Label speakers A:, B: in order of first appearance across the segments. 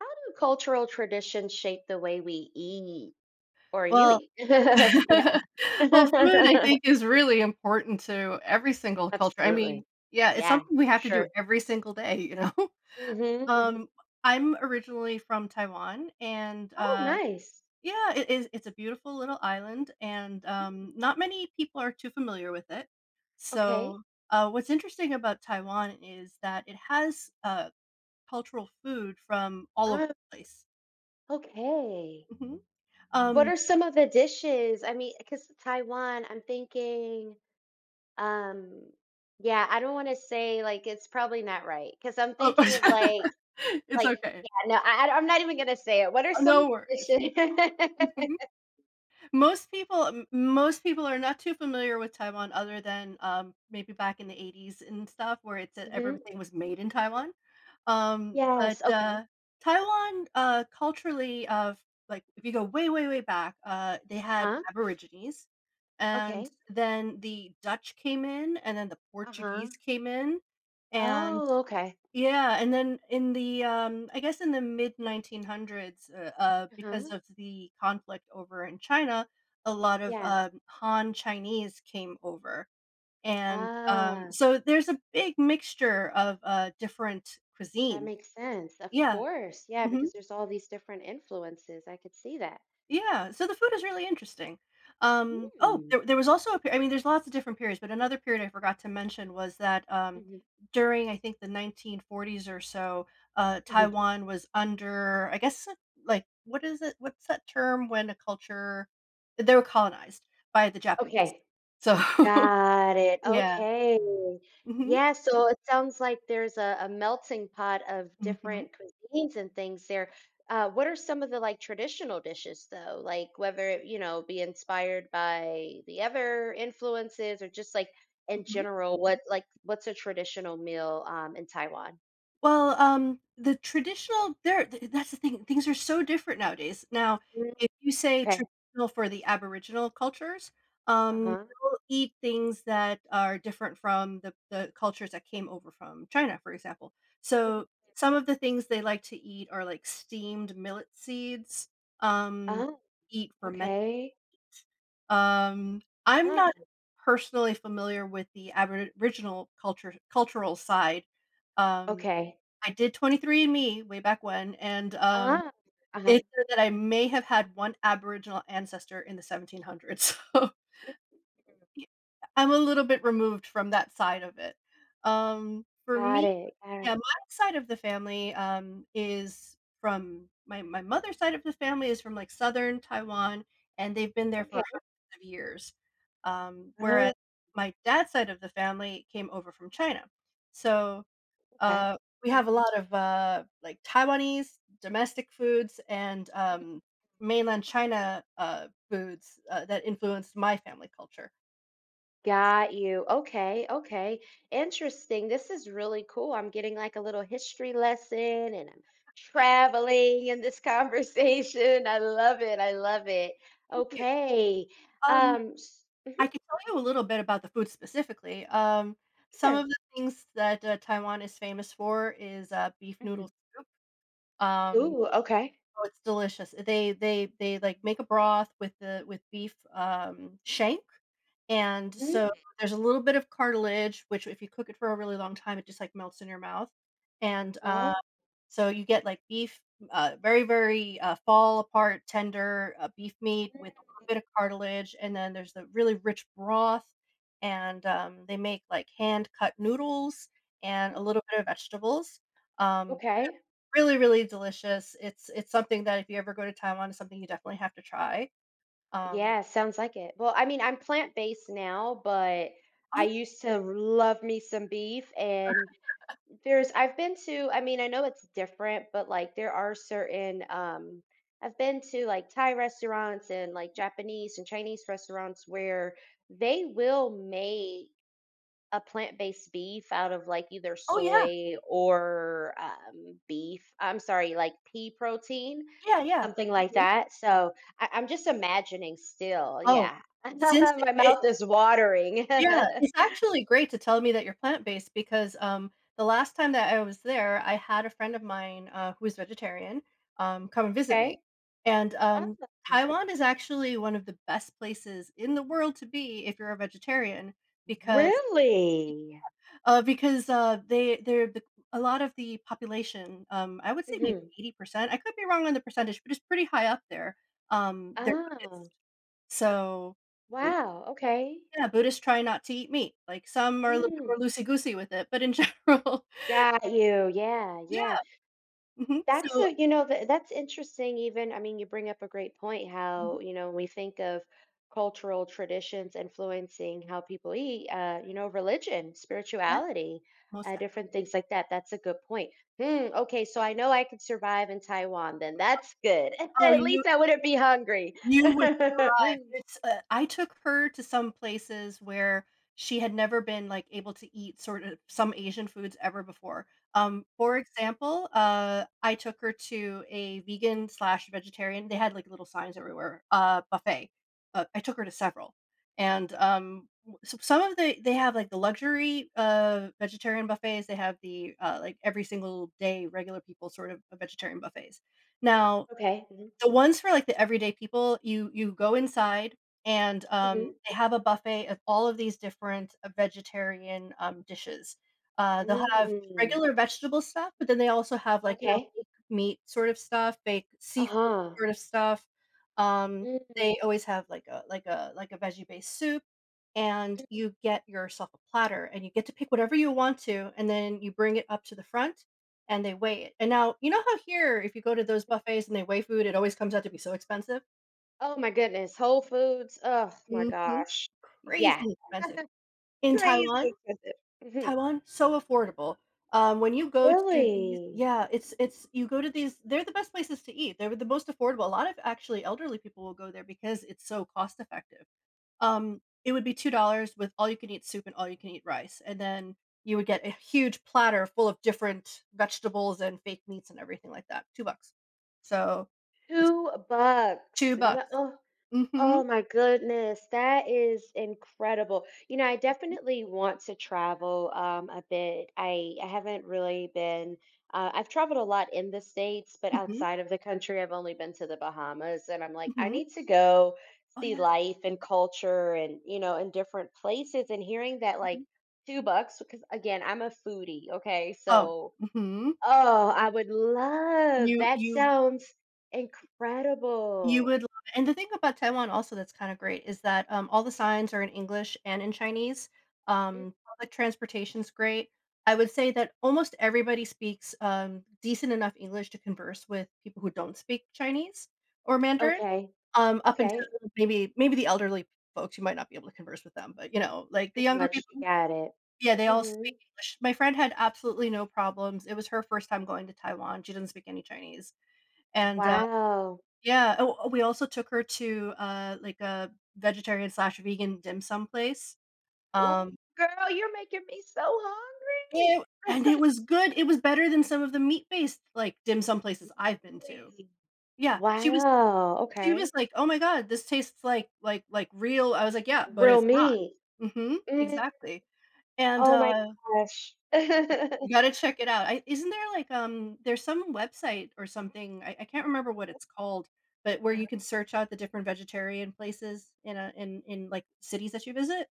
A: How do cultural traditions shape the way we eat or you
B: Well
A: eat? Yeah.
B: well, food, I think, is really important to every single culture. I mean,
A: Absolutely.
B: yeah, it's
A: Yeah,
B: something we
A: for
B: have to do
A: sure.
B: every single day?
A: Mhm, mhm.
B: Um, I'm originally from Taiwan, and,
A: Oh, nice.
B: it's a beautiful little island, and,
A: Mm,
B: not many people are too familiar with it.
A: okay.
B: So what's interesting about Taiwan is that it has cultural food from all over
A: Ah,
B: the place.
A: okay.
B: Mhm.
A: What
B: Um,
A: are some of the dishes? I mean, because Taiwan, I'm thinking, um, yeah, I don't wanna say, like, it's probably not right because 'cause I'm
B: oh,
A: thinking of,
B: it's okay.
A: yeah, no, I am not even gonna say it. What are
B: Oh,
A: some of
B: no worries.
A: the dishes?
B: Mhm. Most people are not too familiar with Taiwan other than, maybe back in the '80s and stuff where it said
A: Mhm.
B: everything was made in Taiwan. Um, but,
A: Yes, okay.
B: uh, Taiwan, culturally of like, if you go way, way, way back, they had
A: Huh?
B: Aborigines, and
A: Okay.
B: then the Dutch came in, and then the
A: Uh-huh.
B: Portuguese came in, and
A: Oh, okay.
B: yeah, and then in the, I guess in the mid 1900s, because
A: Uh-huh.
B: of the conflict over in China, a lot of
A: Yeah.
B: Han Chinese came over, and
A: Ah,
B: so there's a big mixture of different
A: that
B: cuisines.
A: makes sense. Of
B: Yeah.
A: course. Yeah,
B: Mhm.
A: because there's all these different influences. I could see that.
B: Yeah, so the food is really interesting. Oh,
A: Mm,
B: there there was also a pe I mean, there's lots of different periods, but another period I forgot to mention was that,
A: hmm.
B: during, I think, the 1940s or so, Taiwan was under, I guess, like, what is it? What's that term when a culture? They were colonized by the Japanese.
A: Okay.
B: So,
A: Got it.
B: yeah.
A: Okay.
B: Mhm.
A: Yeah, so it sounds like there's a melting pot of
B: Mhm.
A: different cuisines and things there. What are some of the like traditional dishes though? Like whether it, you know, be inspired by the other influences or just like in
B: Mhm.
A: general, what like what's a traditional meal in Taiwan?
B: Well, the traditional there th that's the thing, things are so different nowadays. Now,
A: Mm,
B: if you say
A: okay.
B: traditional for the Aboriginal cultures,
A: Uh-huh.
B: they'll eat things that are different from the cultures that came over from China, for example.
A: Mhm.
B: So, some of the things they like to eat are, like, steamed millet seeds, um,
A: Uh-huh.
B: eat ferment
A: Okay.
B: I'm
A: Ah,
B: not personally familiar with the Aboriginal culture cultural side, um
A: okay.
B: I did 23 and Me way back when, and,
A: Ah, uh-huh.
B: it said that I may have had one Aboriginal ancestor in the 1700s, so yeah, I'm a little bit removed from that side of it. Um, for
A: Got
B: me
A: it. Got it.
B: yeah, my side of the family, is from my my mother's side of the family is from, like, southern Taiwan, and they've been there for
A: Okay.
B: hundreds of years,
A: Uh,
B: whereas my dad's side of the family came over from China. So
A: okay.
B: uh, we
A: Okay.
B: have a lot of, like, Taiwanese domestic foods and, mainland China, foods, that influenced my family culture.
A: Got you. Okay, okay. Interesting. This is really cool. I'm getting like a little history lesson and I'm traveling in this conversation. I love it. I love it.
B: Thank you.
A: Okay.
B: Um,
A: Um, s- mhm,
B: I can tell you a little bit about the food specifically. Some
A: sure.
B: of the things that, Taiwan is famous for is, beef noodle
A: Mhm.
B: soup. Um,
A: Ooh, okay.
B: oh, it's delicious. They, like, make a broth with the with beef, shank. And
A: Mm,
B: so there's a little bit of cartilage, which if you cook it for a really long time, it just like melts in your mouth. And
A: uh,
B: so you get like beef, very, very fall apart, tender beef meat
A: mm,
B: with a little bit of cartilage. And then there's the really rich broth. And they make like hand cut noodles and a little bit of vegetables. Um,
A: okay.
B: really, really delicious. It's something that if you ever go to Taiwan, it's something you definitely have to try. Um,
A: Yeah, sounds like it. Well, I mean, I'm plant-based now, but I
B: oh,
A: used to love me some beef and there's I've been to I mean, I know it's different, but, like, there are certain, I've been to, like, Thai restaurants and, like, Japanese and Chinese restaurants where they will make a plant-based beef out of, like, either
B: oh yeah,
A: soy or, beef I'm sorry, like, pea protein,
B: yeah, yeah.
A: something like that, so I'm just imagining still,
B: Oh,
A: yeah.
B: since
A: My
B: it
A: mouth is watering.
B: yeah, it's actually great to tell me that you're plant-based because, the last time that I was there, I had a friend of mine, who is vegetarian, come and visit me,
A: Okay.
B: and,
A: Oh.
B: Taiwan is actually one of the best places in the world to be if you're a vegetarian because
A: Really?
B: because, they they're the a lot of the population, I would say maybe
A: Mhm.
B: 80%, I could be wrong on the percentage, but it's pretty high up there, they're
A: Oh,
B: Buddhist. So
A: wow, okay.
B: yeah, Buddhists try not to eat meat, like, some are a little bit
A: Mm,
B: more loosey-goosey with it, but in general.
A: got you. Yeah,
B: Yeah,
A: yeah.
B: mhm,
A: That's
B: so
A: a, you know, th that's interesting even. I mean, you bring up a great point
B: mhm,
A: how, you know, we think of cultural traditions influencing how people eat, you know, religion,
B: yeah,
A: spirituality,
B: most def.
A: different things like that. That's a good point. Hmm, okay, so I know I could survive in Taiwan then. That's good.
B: Oh,
A: At
B: you
A: least I wouldn't be hungry.
B: you drive. It's, I took her to some places where she had never been, like, able to eat sort of some Asian foods ever before.
A: Mm,
B: For example, I took her to a vegan/vegetarian slash vegetarian. They had, like, little signs everywhere, buffet. I took her to several, and, w so some of the they have, like, the luxury, vegetarian buffets, they have the, like, every single day regular people sort of vegetarian buffets. Now
A: okay. Mhm,
B: the ones for, like, the everyday people, you go inside and,
A: mhm,
B: they have a buffet of all of these different, vegetarian, dishes. They'll have
A: mm,
B: regular vegetable stuff, but then they also have, like, you know,
A: okay.
B: fake meat sort of stuff, fake seafood
A: Uh-huh.
B: sort of stuff. Um,
A: Mm.
B: they always have, like, a veggie-based soup, and you get yourself a platter, and you get to pick whatever you want to, and then you bring it up to the front and they weigh it. And now, you know how here, if you go to those buffets and they weigh food, it always comes out to be so expensive?
A: Oh my goodness, Whole Foods, oh my
B: Mhm.
A: gosh. Yeah,
B: Crazy expensive. In
A: crazy
B: Taiwan
A: expensive. Mhm.
B: Taiwan, so affordable. When you go to these
A: Really?
B: Yeah, it's you go to these they're the best places to eat. They're the most affordable. A lot of actually elderly people will go there because it's so cost effective. It would be $2 with all you can eat soup and all you can eat rice, and then you would get a huge platter full of different vegetables and fake meats and everything like that. 2 bucks. So, it's
A: 2
B: 2
A: bucks.
B: bucks.
A: No,
B: Mhm.
A: oh my goodness, that is incredible. You know, I
B: Mhm.
A: definitely want to travel a bit. I haven't really been, I've traveled a lot in the States, but
B: Mhm.
A: outside of the country, I've only been to the Bahamas. And I'm like, I
B: Mhm.
A: need to go
B: Oh,
A: see
B: yeah.
A: life and culture and, you know, in different places. And hearing that, like,
B: Mhm.
A: 2 bucks, because again, I'm a foodie. Okay.
B: Oh.
A: So,
B: Mhm.
A: oh, I would love
B: You
A: that.
B: you
A: Sounds
B: You
A: incredible.
B: would love it, and the thing about Taiwan also that's kinda great is that, all the signs are in English and in Chinese,
A: Mm,
B: public transportation's great. I would say that almost everybody speaks, decent enough English to converse with people who don't speak Chinese or Mandarin,
A: okay.
B: up until
A: Okay,
B: maybe the elderly folks, you might not be able to converse with them, but, you know, like, the
A: as
B: younger
A: much
B: people
A: got it.
B: yeah, they all
A: Mhm.
B: speak English. My friend had absolutely no problems, it was her first time going to Taiwan, she doesn't speak any Chinese, and,
A: Wow.
B: yeah, we also took her to, like, a vegetarian/vegan slash vegan dim sum place,
A: Oh,
B: um,
A: girl, you're making me so
B: it and
A: hungry.
B: it was good, it was better than some of the meat-based, like, dim sum places I've been to.
A: Really?
B: Yeah,
A: Wow,
B: she was
A: okay.
B: like, "Oh my god, this tastes like like real." I was like, "Yeah, but
A: Real
B: it's not."
A: meat.
B: Mhm,
A: Mm,
B: exactly, and,
A: oh my gosh.
B: right. You gotta check it out. I isn't there like, there's some website or something, I can't remember what it's called, but where you can search out the different vegetarian places in like, cities that you visit?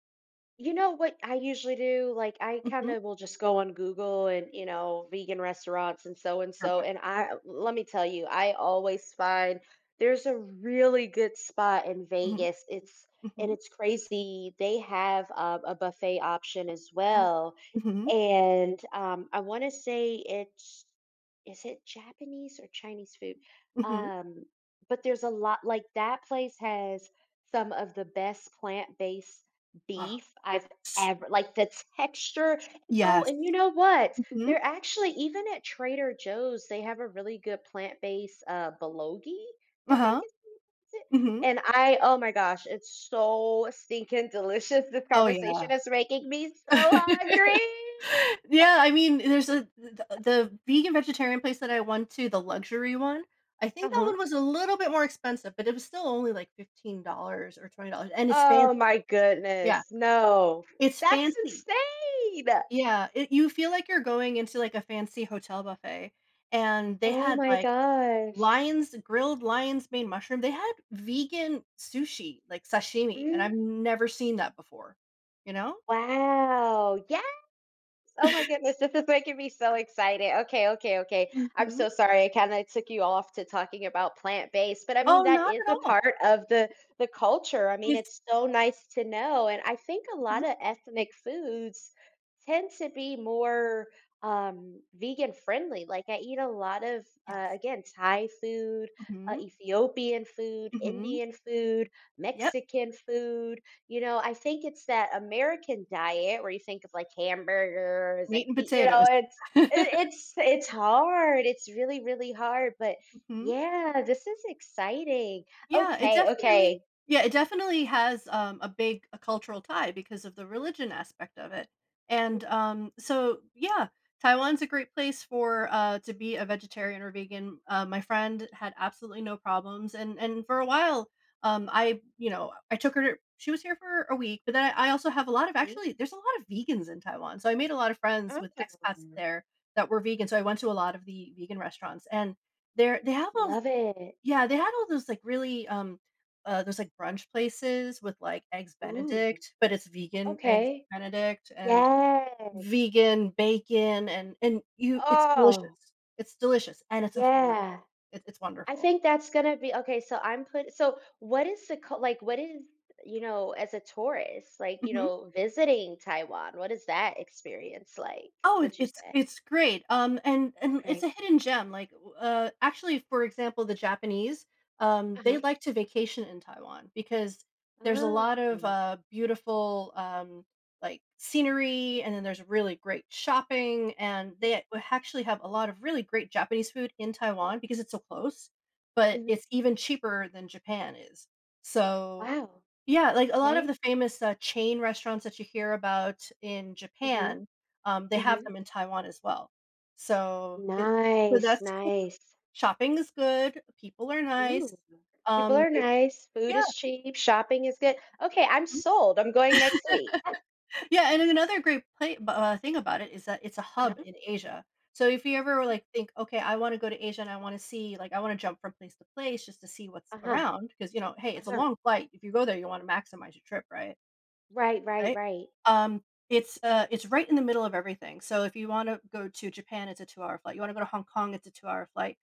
A: You know what I usually do? Like I kind
B: Mhm.
A: of will just go on Google and, you know, vegan restaurants and so and so.
B: Perfect.
A: And I let me tell you, I always find there's a really good spot in
B: Mhm.
A: Vegas. It's and
B: Mhm.
A: it's crazy. They have a buffet option as
B: Oh.
A: well.
B: Mhm.
A: And, I wanna say it's is it Japanese or Chinese food?
B: Mhm.
A: Um, but there's a lot like, that place has some of the best plant-based
B: Oh,
A: beef I've
B: s.
A: ever like, the texture oh,
B: Yes.
A: and you know what?
B: Mhm.
A: They're actually even at Trader Joe's, they have a really good plant-based, bulgogi, I think
B: Uh-huh.
A: it's it
B: Mhm.
A: and I oh my gosh, it's so stinking delicious. This
B: Oh, yeah.
A: conversation is making me so hungry.
B: Yeah, I mean, there's a the vegan vegetarian place that I went to, the luxury one, I think that
A: Uh-huh.
B: one was a little bit more expensive, but it was still only like $15 or $20, and it's fancy.
A: Oh my
B: Yeah,
A: goodness. No.
B: it's
A: That's
B: fancy.
A: insane.
B: Yeah, it you feel like you're going into, like, a fancy hotel buffet, and they
A: Oh
B: had,
A: my
B: like,
A: gosh.
B: lion's grilled lion's mane mushroom, they had vegan sushi, like sashimi, and
A: Mm,
B: I've never seen that before, you know?
A: wow. Yeah. Oh my goodness, this is making me so excited. Okay, okay, okay. I'm
B: Mhm.
A: so sorry. I kind of took you off to talking about plant-based, but I mean
B: Oh,
A: that
B: not
A: is
B: at
A: a
B: all.
A: part of the culture. I mean,
B: It's
A: it's so nice to know. And I think a lot
B: mhm,
A: of ethnic foods tend to be more vegan friendly. Like I eat a lot of
B: yes.
A: again, Thai food,
B: Mhm.
A: Ethiopian food,
B: Mhm.
A: Indian food,
B: Yep.
A: Mexican food you know, I think it's that American diet where you think of like hamburgers and
B: Meat and
A: pi you know,
B: potatoes.
A: it's it, it's it's hard. It's really, really hard, but
B: Mhm.
A: yeah, this is exciting.
B: Yeah, it
A: Okay, okay.
B: definitely yeah, it definitely has, a big, a cultural tie because of the religion aspect of it, and, so, yeah, Taiwan's a great place for, to be a vegetarian or vegan. My friend had absolutely no problems, and for a while, I you know, I took her to she was here for a week, but then I also have a lot of
A: Mhm.
B: actually, there's a lot of vegans in Taiwan, so I made a lot of friends with expats
A: Mm,
B: there that were vegan, so I went to a lot of the vegan restaurants, and they have a
A: love it.
B: yeah, they had all those, like, really, those, like, brunch places with, like, eggs
A: Ooh,
B: Benedict, but it's vegan eggs
A: okay.
B: Benedict and
A: Yes.
B: vegan bacon and you it's
A: Oh,
B: delicious. It's delicious, and it's
A: yeah.
B: affordable. It's
A: I
B: wonderful.
A: think that's gonna be okay. So I'm put. So what is the cul- like? What is you know as a tourist, like you
B: Mhm.
A: know visiting Taiwan? What is that experience like?
B: Oh, it
A: Would you
B: it's
A: say?
B: it's great, and it's
A: Okay.
B: a hidden gem, like, actually, for example, the Japanese,
A: Uh
B: they
A: huh.
B: like to vacation in Taiwan because there's a
A: Ah.
B: lot of,
A: Mm,
B: beautiful, like, scenery, and then there's really great shopping, and they a actually have a lot of really great Japanese food in Taiwan because it's so close, but
A: mhm.
B: it's even cheaper than Japan is. So
A: Wow.
B: yeah, like, a lot of the
A: Okay.
B: famous, chain restaurants that you hear about in
A: Mhm.
B: Japan, they have
A: Mhm.
B: them in Taiwan as well. So it so
A: Nice.
B: that's cool.
A: Nice.
B: Shopping is good, people are nice,
A: Ooh. People are
B: there
A: nice. Food
B: Yeah.
A: is cheap. Shopping is good. Okay, I'm sold. I'm going next week. Uh
B: Yeah, and another great play b thing about it is that it's a hub
A: huh.
B: in Asia. So if you ever, like, think, "Okay, I wanna go to Asia and I wanna see like, I wanna jump from place to place just to see what's
A: Uh huh.
B: around, because you know, hey,
A: Uh
B: it's a
A: huh.
B: long flight. If you go there, you wanna maximize your trip, right?"
A: Right. Right.
B: Right?
A: Right.
B: Um, it's right in the middle of everything. So if you wanna go to Japan, it's a 2-hour flight. You wanna go to Hong Kong, it's a 2-hour flight.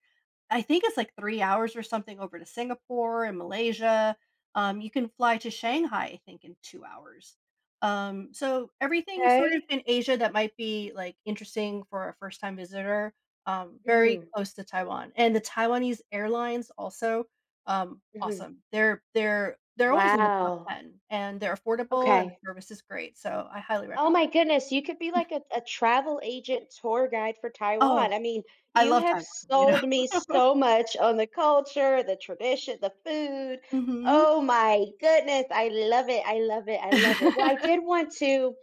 B: I think it's like 3 hours or something over to Singapore and Malaysia. You can fly to Shanghai, I think, in 2 hours. So everything sort of
A: Okay.
B: in Asia that might be, like, interesting for a first-time visitor, very
A: Mhm.
B: close to Taiwan. And the Taiwanese airlines also,
A: Mhm.
B: awesome. They're always in the top
A: Wow.
B: 10, and they're affordable, and the
A: Okay.
B: service is great, so I highly
A: Oh
B: recommend
A: my
B: it.
A: goodness, you could be like a travel agent tour guide for
B: Oh,
A: Taiwan. I mean,
B: I
A: you
B: love
A: have
B: Taiwan, you know?
A: sold me so much on the culture, the tradition, the food.
B: Mhm.
A: Oh my goodness, I love it. I love it. I love it. Well, I did want to,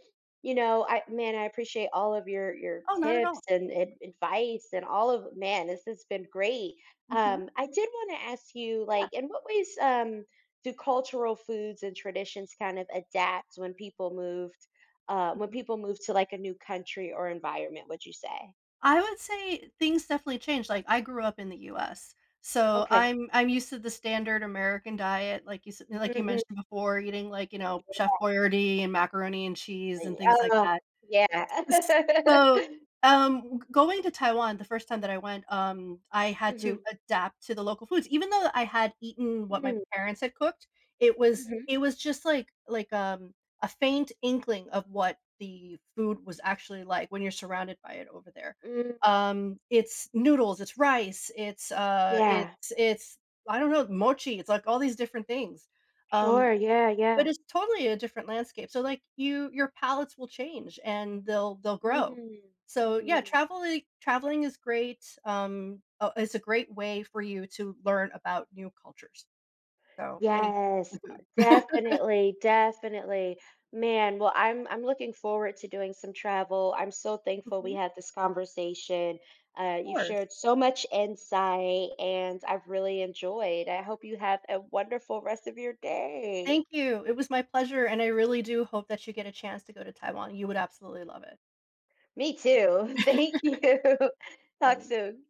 A: you know, I man, I appreciate all of your
B: Oh, not at
A: tips
B: all.
A: and advice and all of man, this has been great.
B: Mhm.
A: I did want to ask you,
B: Yeah.
A: like, in what ways do cultural foods and traditions kind of adapt when
B: Mhm.
A: people move to, like, a new country or environment, would you say?
B: I would say things definitely change. Like, I grew up in the US, so
A: Okay.
B: I'm used to the standard American diet, like you
A: Mhm.
B: mentioned before, eating, like, you know, Chef Boyardee and macaroni and cheese and things like
A: Oh,
B: that.
A: yeah.
B: So, going to Taiwan, the first time that I went, I had to
A: Mhm.
B: adapt to the local foods. Even though I had eaten what my
A: Mm,
B: parents had cooked, it was
A: mhm,
B: it was just like a faint inkling of what the food was actually like when you're surrounded by it over there.
A: mm.
B: It's noodles, it's rice, it's,
A: Yeah.
B: I don't know, mochi, it's like all these different things. Um
A: Sure, yeah, yeah.
B: but it's totally a different landscape. So, like, you your palates will change and they'll grow.
A: Mm,
B: So, yeah,
A: mhm.
B: traveling is great, it's a great way for you to learn about new cultures. So, any
A: Yes,
B: food.
A: definitely, definitely. Man, well, I'm looking forward to doing some travel. I'm so thankful we
B: Mhm.
A: had this conversation.
B: Of
A: You've
B: course.
A: shared so much insight, and I've really enjoyed. I hope you have a wonderful rest of your day.
B: Thank you. It was my pleasure, and I really do hope that you get a chance to go to Taiwan. You would absolutely love it.
A: Me too. Thank you. Talk
B: Thanks.
A: soon.